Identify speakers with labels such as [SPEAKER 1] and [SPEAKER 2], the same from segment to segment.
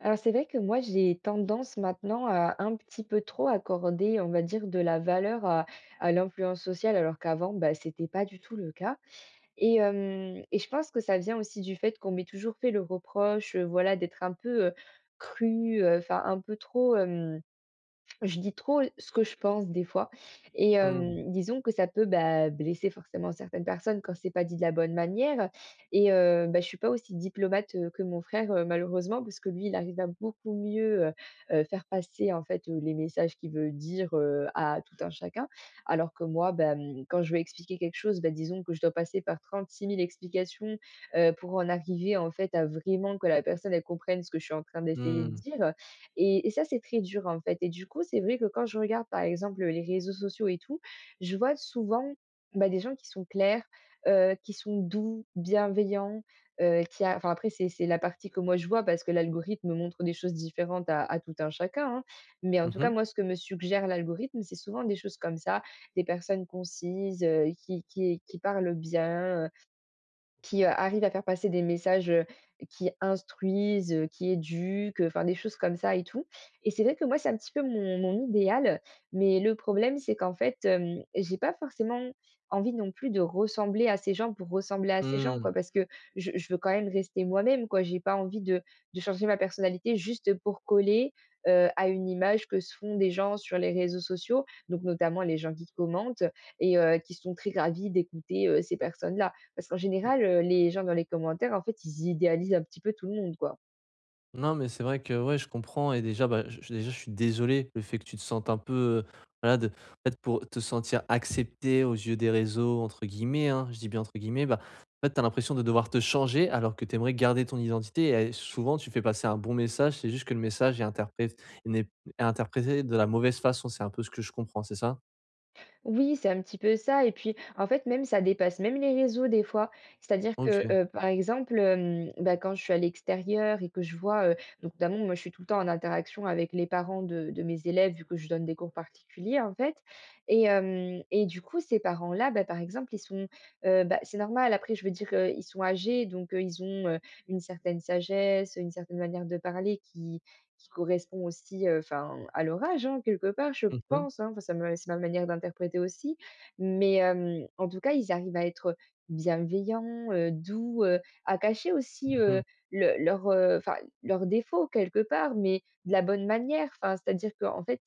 [SPEAKER 1] Alors c'est vrai que moi j'ai tendance maintenant à un petit peu trop accorder, on va dire, de la valeur à l'influence sociale, alors qu'avant, bah, c'était pas du tout le cas. Et je pense que ça vient aussi du fait qu'on m'ait toujours fait le reproche, voilà, d'être un peu crue, enfin un peu trop. Je dis trop ce que je pense des fois et
[SPEAKER 2] Mmh.
[SPEAKER 1] disons que ça peut, bah, blesser forcément certaines personnes quand c'est pas dit de la bonne manière et bah, je suis pas aussi diplomate, que mon frère, malheureusement parce que lui, il arrive à beaucoup mieux, faire passer en fait, les messages qu'il veut dire, à tout un chacun. Alors que moi, bah, quand je veux expliquer quelque chose, bah, disons que je dois passer par trente-six mille explications, pour en arriver en fait à vraiment que la personne, elle comprenne ce que je suis en train d'essayer de
[SPEAKER 2] Mmh.
[SPEAKER 1] dire. Et ça, c'est très dur, en fait. Et du coup, c'est vrai que quand je regarde, par exemple, les réseaux sociaux et tout, je vois souvent, bah, des gens qui sont clairs, qui sont doux, bienveillants, qui a enfin, après, c'est la partie que moi je vois parce que l'algorithme montre des choses différentes à tout un chacun, hein. Mais en
[SPEAKER 2] Mmh
[SPEAKER 1] tout cas,
[SPEAKER 2] mh.
[SPEAKER 1] moi, ce que me suggère l'algorithme, c'est souvent des choses comme ça, des personnes concises, qui parlent bien, qui, arrivent à faire passer des messages, qui instruisent, qui éduquent, enfin des choses comme ça et tout et c'est vrai que moi, c'est un petit peu mon idéal, mais le problème, c'est qu'en fait, j'ai pas forcément envie non plus de ressembler à ces gens pour ressembler à ces gens,
[SPEAKER 2] Mmh.
[SPEAKER 1] quoi. Parce que je veux quand même rester moi-même, quoi. J'ai pas envie de changer ma personnalité juste pour coller, à une image que se font des gens sur les réseaux sociaux, donc notamment les gens qui commentent et qui sont très ravis d'écouter, ces personnes-là. Parce qu'en général, les gens dans les commentaires, en fait, ils idéalisent un petit peu tout le monde, quoi.
[SPEAKER 2] Non, mais c'est vrai que, ouais, je comprends et déjà, bah, je suis désolé le fait que tu te sentes un peu, heu, voilà, de en fait, pour te sentir «accepté» aux yeux des réseaux, entre guillemets, hein, je dis bien entre guillemets, bah, en fait, tu as l'impression de devoir te changer alors que tu aimerais garder ton identité et souvent tu fais passer un bon message, c'est juste que le message est interprété n'est est interprété de la mauvaise façon, c'est un peu ce que je comprends, c'est ça?
[SPEAKER 1] Oui, c'est un petit peu ça et puis, en fait, même ça dépasse même les réseaux des fois. C'est-à-dire que,
[SPEAKER 2] OK.
[SPEAKER 1] par exemple, bah, quand je suis à l'extérieur et que je vois, donc notamment, moi, je suis tout le temps en interaction avec les parents de mes élèves vu que je donne des cours particuliers, en fait et hem et du coup, ces parents-là, bah, par exemple, ils sont, bah, c'est normal après je veux dire, ils sont âgés donc, ils ont, une certaine sagesse, une certaine manière de parler qui correspond aussi, enfin, à l'orage, hein, quelque part, je
[SPEAKER 2] Mmh mh.
[SPEAKER 1] pense, hein. Enfin, ça me c'est ma manière d'interpréter aussi. Mais, en tout cas, ils arrivent à être bienveillants, doux, à cacher aussi,
[SPEAKER 2] Mmh.
[SPEAKER 1] le leurs, enfin, leurs défauts quelque part, mais de la bonne manière. Enfin, c'est-à-dire qu'en fait,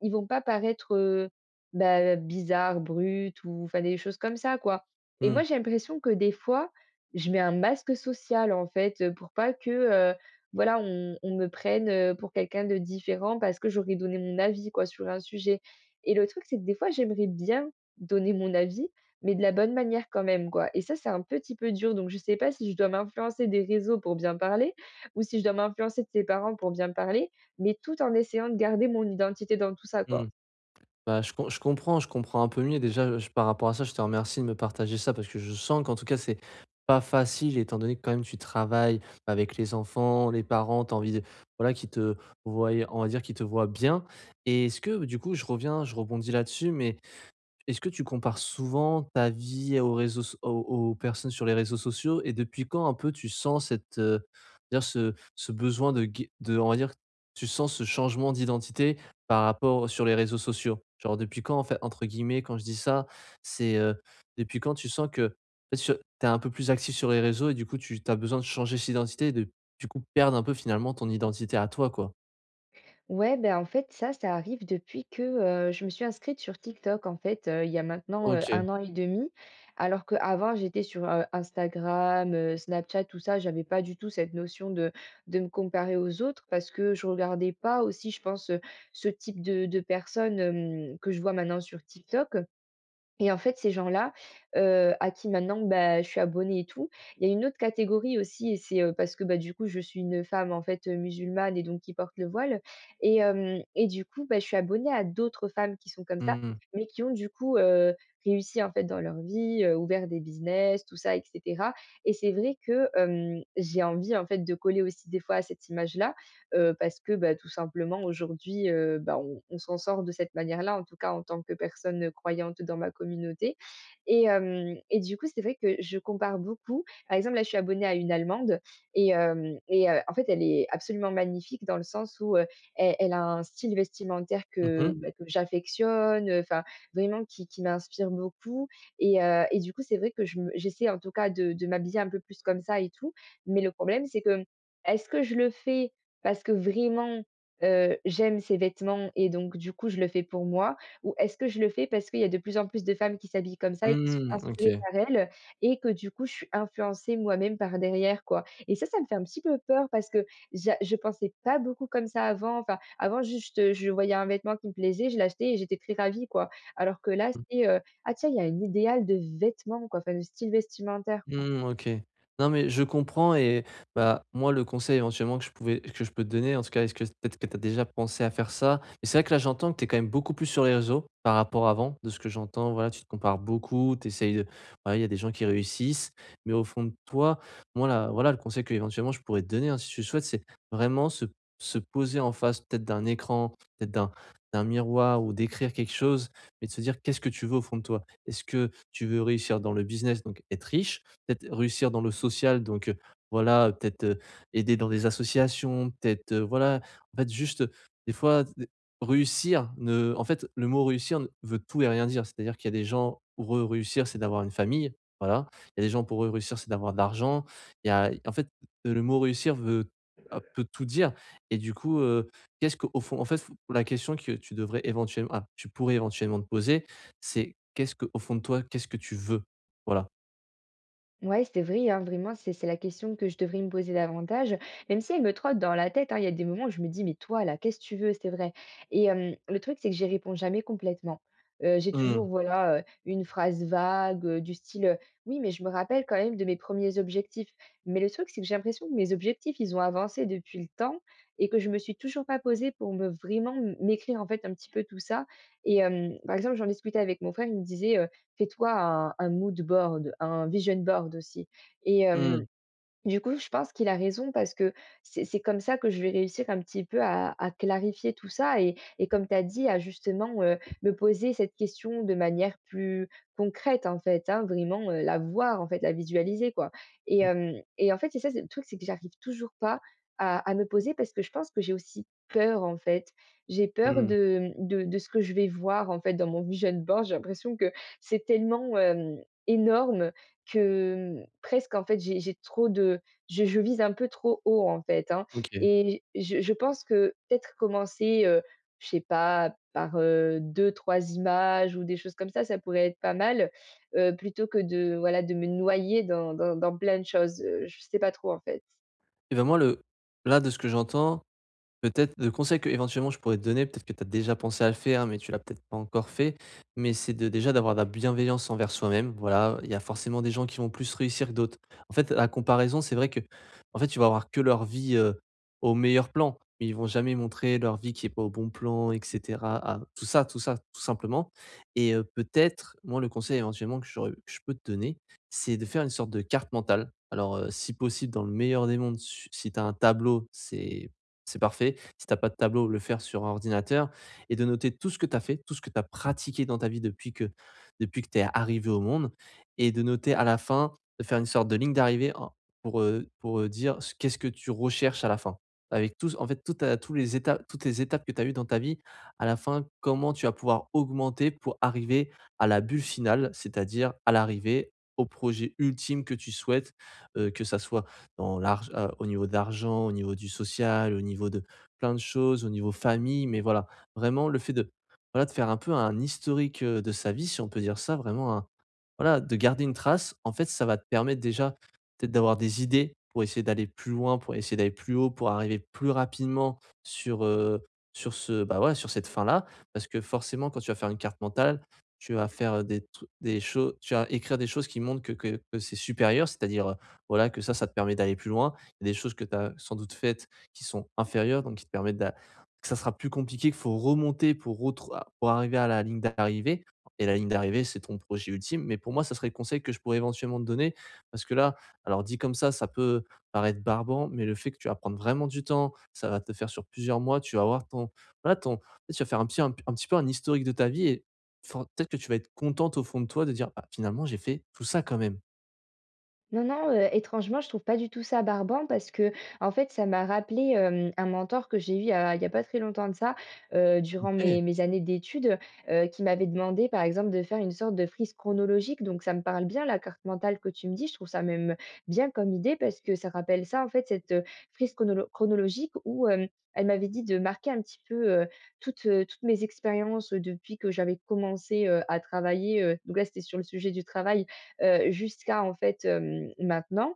[SPEAKER 1] ils vont pas paraître, bah, bizarres, bruts ou enfin des choses comme ça, quoi et
[SPEAKER 2] Mmh.
[SPEAKER 1] moi, j'ai l'impression que des fois, je mets un masque social, en fait, pour pas que, heu, voilà, on me prenne, pour quelqu'un de différent parce que j'aurais donné mon avis, quoi, sur un sujet et le truc, c'est que des fois, j'aimerais bien donner mon avis, mais de la bonne manière quand même, quoi et ça, c'est un petit peu dur donc je sais pas si je dois m'influencer des réseaux pour bien parler ou si je dois m'influencer de ses parents pour bien parler mais tout en essayant de garder mon identité dans tout ça,
[SPEAKER 2] Mmh.
[SPEAKER 1] quoi.
[SPEAKER 2] Bah, je comprends un peu mieux. Déjà, je par rapport à ça, je te remercie de me partager ça parce que je sens qu'en tout cas, c'est pas facile étant donné que quand même tu travailles avec les enfants, les parents, t'as envie de voilà, qui te voient, on va dire qui te voient bien. Et est-ce que du coup, je rebondis là-dessus, mais est-ce que tu compares souvent ta vie aux personnes sur les réseaux sociaux et depuis quand un peu tu sens cette, dire ce besoin de gué de on va dire, tu sens ce changement d'identité par rapport sur les réseaux sociaux? Genre depuis quand en fait entre guillemets quand je dis ça, c'est, depuis quand tu sens que, en tu es un peu plus actif sur les réseaux et du coup tu as besoin de changer cette identité et de du coup perdre un peu finalement ton identité à toi quoi?
[SPEAKER 1] Ouais, ben, en fait, ça arrive depuis que, je me suis inscrite sur TikTok, en fait, il y a maintenant,
[SPEAKER 2] OK.
[SPEAKER 1] un an et demi. Alors qu'avant, j'étais sur, Instagram, Snapchat, tout ça. J'avais pas du tout cette notion de me comparer aux autres parce que je regardais pas aussi, je pense, ce type de personnes, que je vois maintenant sur TikTok. Et en fait, ces gens-là, à qui maintenant, bah, je suis abonnée et tout, il y a une autre catégorie aussi et c'est, parce que, bah, du coup, je suis une femme, en fait, musulmane et donc qui porte le voile et hem et du coup, bah, je suis abonnée à d'autres femmes qui sont comme ça,
[SPEAKER 2] Mmh.
[SPEAKER 1] mais qui ont du coup, réussi, en fait, dans leur vie, ouvert des business, tout ça et cetera et c'est vrai que, j'ai envie, en fait, de coller aussi des fois à cette image-là parce que, bah, tout simplement aujourd'hui, bah, on s'en sort de cette manière-là, en tout cas en tant que personne, croyante dans ma communauté et hem et du coup, c'est vrai que je compare beaucoup. Par exemple, là, je suis abonnée à une Allemande et hem et en fait, elle est absolument magnifique dans le sens où, elle a un style vestimentaire
[SPEAKER 2] Mmh mh.
[SPEAKER 1] bah, que j'affectionne, enfin vraiment qui m'inspire beaucoup et du coup, c'est vrai que je me j'essaie en tout cas de m'habiller un peu plus comme ça et tout, mais le problème, c'est que, est-ce que je le fais parce que vraiment, j'aime ces vêtements et donc du coup, je le fais pour moi? Ou est-ce que je le fais parce qu'il y a de plus en plus de femmes qui s'habillent comme ça et qui sont
[SPEAKER 2] Mmh, OK.
[SPEAKER 1] inspirées par elles et que du coup, je suis influencée moi-même par derrière, quoi? Et ça me fait un petit peu peur parce que j'a je pensais pas beaucoup comme ça avant. Enfin, avant juste, je voyais un vêtement qui me plaisait, je l'achetais et j'étais très ravie, quoi. Alors que là, c'est: «Ah tiens, il y a un idéal de vêtements, quoi», enfin de style vestimentaire.
[SPEAKER 2] Mmh, OK. Non, mais je comprends et bah, moi, le conseil éventuellement que je peux te donner, en tout cas, est-ce que peut-être que tu as déjà pensé à faire ça? Mais c'est vrai que là, j'entends que tu es quand même beaucoup plus sur les réseaux par rapport à avant, de ce que j'entends. Voilà, tu te compares beaucoup, tu essayes de voilà, il y a des gens qui réussissent, mais au fond de toi, moi, là, voilà, le conseil que éventuellement je pourrais te donner, hein, si tu le souhaites, c'est vraiment se poser en face peut-être d'un écran, peut-être d'un miroir ou d'écrire quelque chose, mais de se dire: «Qu'est-ce que tu veux au fond de toi?» Est-ce que tu veux réussir dans le business, donc être riche? Peut-être réussir dans le social, donc voilà, peut-être, aider dans des associations, peut-être, voilà, en fait, juste, des fois, d réussir ne en fait, le mot réussir ne veut tout et rien dire. C'est-à-dire qu'il y a des gens, pour eux, réussir, c'est d'avoir une famille, voilà. Il y a des gens, pour eux, réussir, c'est d'avoir de l'argent. Il y a en fait, le mot réussir peut tout dire et du coup, qu'est-ce qu'au fond en fait, f la question que tu pourrais éventuellement te poser, c'est qu'est-ce que au fond de toi, qu'est-ce que tu veux? Voilà.
[SPEAKER 1] Ouais, c'est vrai, hein, vraiment, c'est la question que je devrais me poser davantage, même si elle me trotte dans la tête, hein. Il y a des moments où je me dis: «Mais toi là, qu'est-ce que tu veux?» C'est vrai et le truc, c'est que j'y réponds jamais complètement. J'ai toujours,
[SPEAKER 2] Mmh.
[SPEAKER 1] voilà, une phrase vague, du style: «Oui, mais je me rappelle quand même de mes premiers objectifs». Mais le truc, c'est que j'ai l'impression que mes objectifs, ils ont avancé depuis le temps et que je me suis toujours pas posée pour me vraiment m'écrire, en fait, un petit peu tout ça et par exemple, j'en discutais avec mon frère, il me disait, fais-toi un mood board, un vision board aussi et hem
[SPEAKER 2] Mmh.
[SPEAKER 1] du coup, je pense qu'il a raison parce que c'est comme ça que je vais réussir un petit peu à clarifier tout ça et comme tu as dit, à justement me poser cette question de manière plus concrète en fait, hein, vraiment la voir en fait, la visualiser quoi. Et,
[SPEAKER 2] Mmh.
[SPEAKER 1] euh, et en fait, c'est ça, c'est le truc, c'est que j'arrive toujours pas à me poser parce que je pense que j'ai aussi peur en fait. J'ai peur de ce que je vais voir en fait dans mon vision board. J'ai l'impression que c'est tellement énorme que, mmh, presque en fait j'ai trop de je vise un peu trop haut en fait, hein
[SPEAKER 2] OK.
[SPEAKER 1] et je pense que peut-être commencer, je sais pas par, deux ou trois images ou des choses comme ça pourrait être pas mal, plutôt que de voilà de me noyer dans plein de choses, je sais pas trop en fait.
[SPEAKER 2] Et ben, moi, le là, de ce que j'entends, peut-être le conseil que éventuellement je pourrais te donner, peut-être que tu as déjà pensé à le faire, mais tu l'as peut-être pas encore fait, mais c'est de déjà d'avoir de la bienveillance envers soi-même. Voilà, il y a forcément des gens qui vont plus réussir que d'autres. En fait, la comparaison, c'est vrai que en fait, tu vas avoir que leur vie au meilleur plan, mais ils vont jamais montrer leur vie qui est pas au bon plan, etc. Ah, tout ça, tout ça, tout simplement. Et peut-être, moi, le conseil éventuellement que je peux te donner, c'est de faire une sorte de carte mentale. Alors, si possible, dans le meilleur des mondes, si tu as un tableau, c'est parfait. Si t'as pas de tableau, le faire sur un ordinateur et de noter tout ce que tu as fait, tout ce que tu as pratiqué dans ta vie depuis que tu es arrivé au monde et de noter à la fin, de faire une sorte de ligne d'arrivée pour dire ce qu'est-ce que tu recherches à la fin. Avec tous en fait, toutes les étapes que tu as eues dans ta vie, à la fin, comment tu vas pouvoir augmenter pour arriver à la bulle finale, c'est-à-dire à l'arrivée, au projet ultime que tu souhaites, que ça soit dans l'arg au niveau d'argent au niveau du social, au niveau de plein de choses, au niveau famille, mais voilà, vraiment le fait de voilà, de faire un peu un historique, de sa vie, si on peut dire ça, vraiment un voilà, de garder une trace. En fait, ça va te permettre déjà peut-être d'avoir des idées pour essayer d'aller plus loin, pour essayer d'aller plus haut, pour arriver plus rapidement sur, sur ce bah, voilà, sur cette fin-là. Parce que forcément, quand tu vas faire une carte mentale, tu vas écrire des choses qui montrent que c'est supérieur, c'est-à-dire, voilà, que ça te permet d'aller plus loin. Il y a des choses que tu as sans doute faites qui sont inférieures, donc qui te permettent d'a que ça sera plus compliqué, qu'il faut remonter pour retrou a pour arriver à la ligne d'arrivée et la ligne d'arrivée, c'est ton projet ultime. Mais pour moi, ça serait le conseil que je pourrais éventuellement te donner parce que là, alors dit comme ça peut paraître barbant, mais le fait que tu vas prendre vraiment du temps, ça va te faire sur plusieurs mois, tu vas avoir ton voilà, ton tu vas faire un petit peu un historique de ta vie et for peut-être que tu vas être contente au fond de toi de dire: «Bah, finalement, j'ai fait tout ça quand même».
[SPEAKER 1] Non, non, étrangement, je trouve pas du tout ça barbant parce que en fait, ça m'a rappelé, un mentor que j'ai eu il y a pas très longtemps de ça, durant
[SPEAKER 2] OK.
[SPEAKER 1] mes années d'études, qui m'avait demandé, par exemple, de faire une sorte de frise chronologique. Donc ça me parle bien la carte mentale que tu me dis. Je trouve ça même bien comme idée parce que ça rappelle ça, en fait, cette, frise chronologique où, elle m'avait dit de marquer un petit peu, toutes mes expériences, depuis que j'avais commencé, à travailler, donc là, c'était sur le sujet du travail jusqu'à en fait, maintenant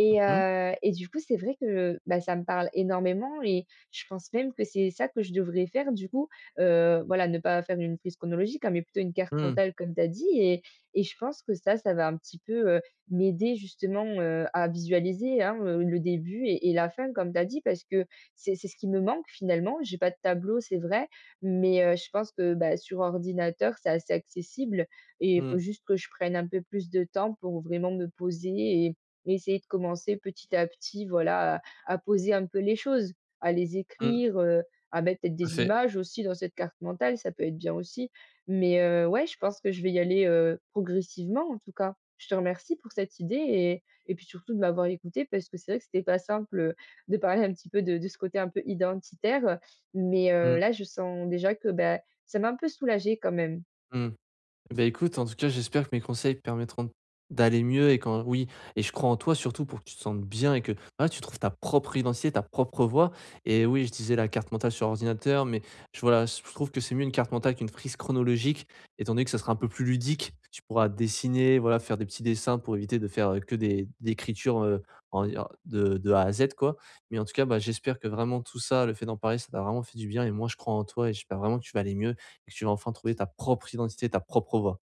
[SPEAKER 1] et
[SPEAKER 2] Mmh.
[SPEAKER 1] du coup, c'est vrai que, bah, ça me parle énormément et je pense même que c'est ça que je devrais faire du coup, voilà, ne pas faire une frise chronologique, hein, mais plutôt une carte
[SPEAKER 2] Mmh.
[SPEAKER 1] mentale comme tu as dit et je pense que ça va un petit peu, m'aider justement, à visualiser, hein, le début et la fin comme tu as dit parce que c'est ce qui me manque finalement. J'ai pas de tableau, c'est vrai, mais je pense que, bah, sur ordinateur, c'est assez accessible et il faut
[SPEAKER 2] Mmh.
[SPEAKER 1] juste que je prenne un peu plus de temps pour vraiment me poser et essayer de commencer petit à petit, voilà, à poser un peu les choses, à les
[SPEAKER 2] Mmh.
[SPEAKER 1] écrire, à mettre peut-être
[SPEAKER 2] Tout à
[SPEAKER 1] des
[SPEAKER 2] fait.
[SPEAKER 1] images aussi dans cette carte mentale, ça peut être bien aussi. Mais, ouais, je pense que je vais y aller, progressivement en tout cas. Je te remercie pour cette idée et puis surtout de m'avoir écoutée parce que c'est vrai que c'était pas simple, de parler un petit peu de ce côté un peu identitaire, mais,
[SPEAKER 2] Mmh.
[SPEAKER 1] là je sens déjà que, bah, ça m'a un peu soulagée quand même.
[SPEAKER 2] Mmh. Et bah, écoute, en tout cas, j'espère que mes conseils te permettront d'aller mieux et quand oui et je crois en toi surtout pour que tu te sentes bien et que, voilà, tu trouves ta propre identité, ta propre voix et oui, je disais la carte mentale sur ordinateur mais je voilà, je trouve que c'est mieux une carte mentale qu'une frise chronologique étant donné que ça sera un peu plus ludique. Tu pourras dessiner, voilà, faire des petits dessins pour éviter de faire, que des écritures, en de A à Z, quoi. Mais en tout cas, bah, j'espère que vraiment tout ça, le fait d'en parler, ça t'a vraiment fait du bien et moi, je crois en toi et j'espère vraiment que tu vas aller mieux. Et que tu vas enfin trouver ta propre identité, ta propre voix.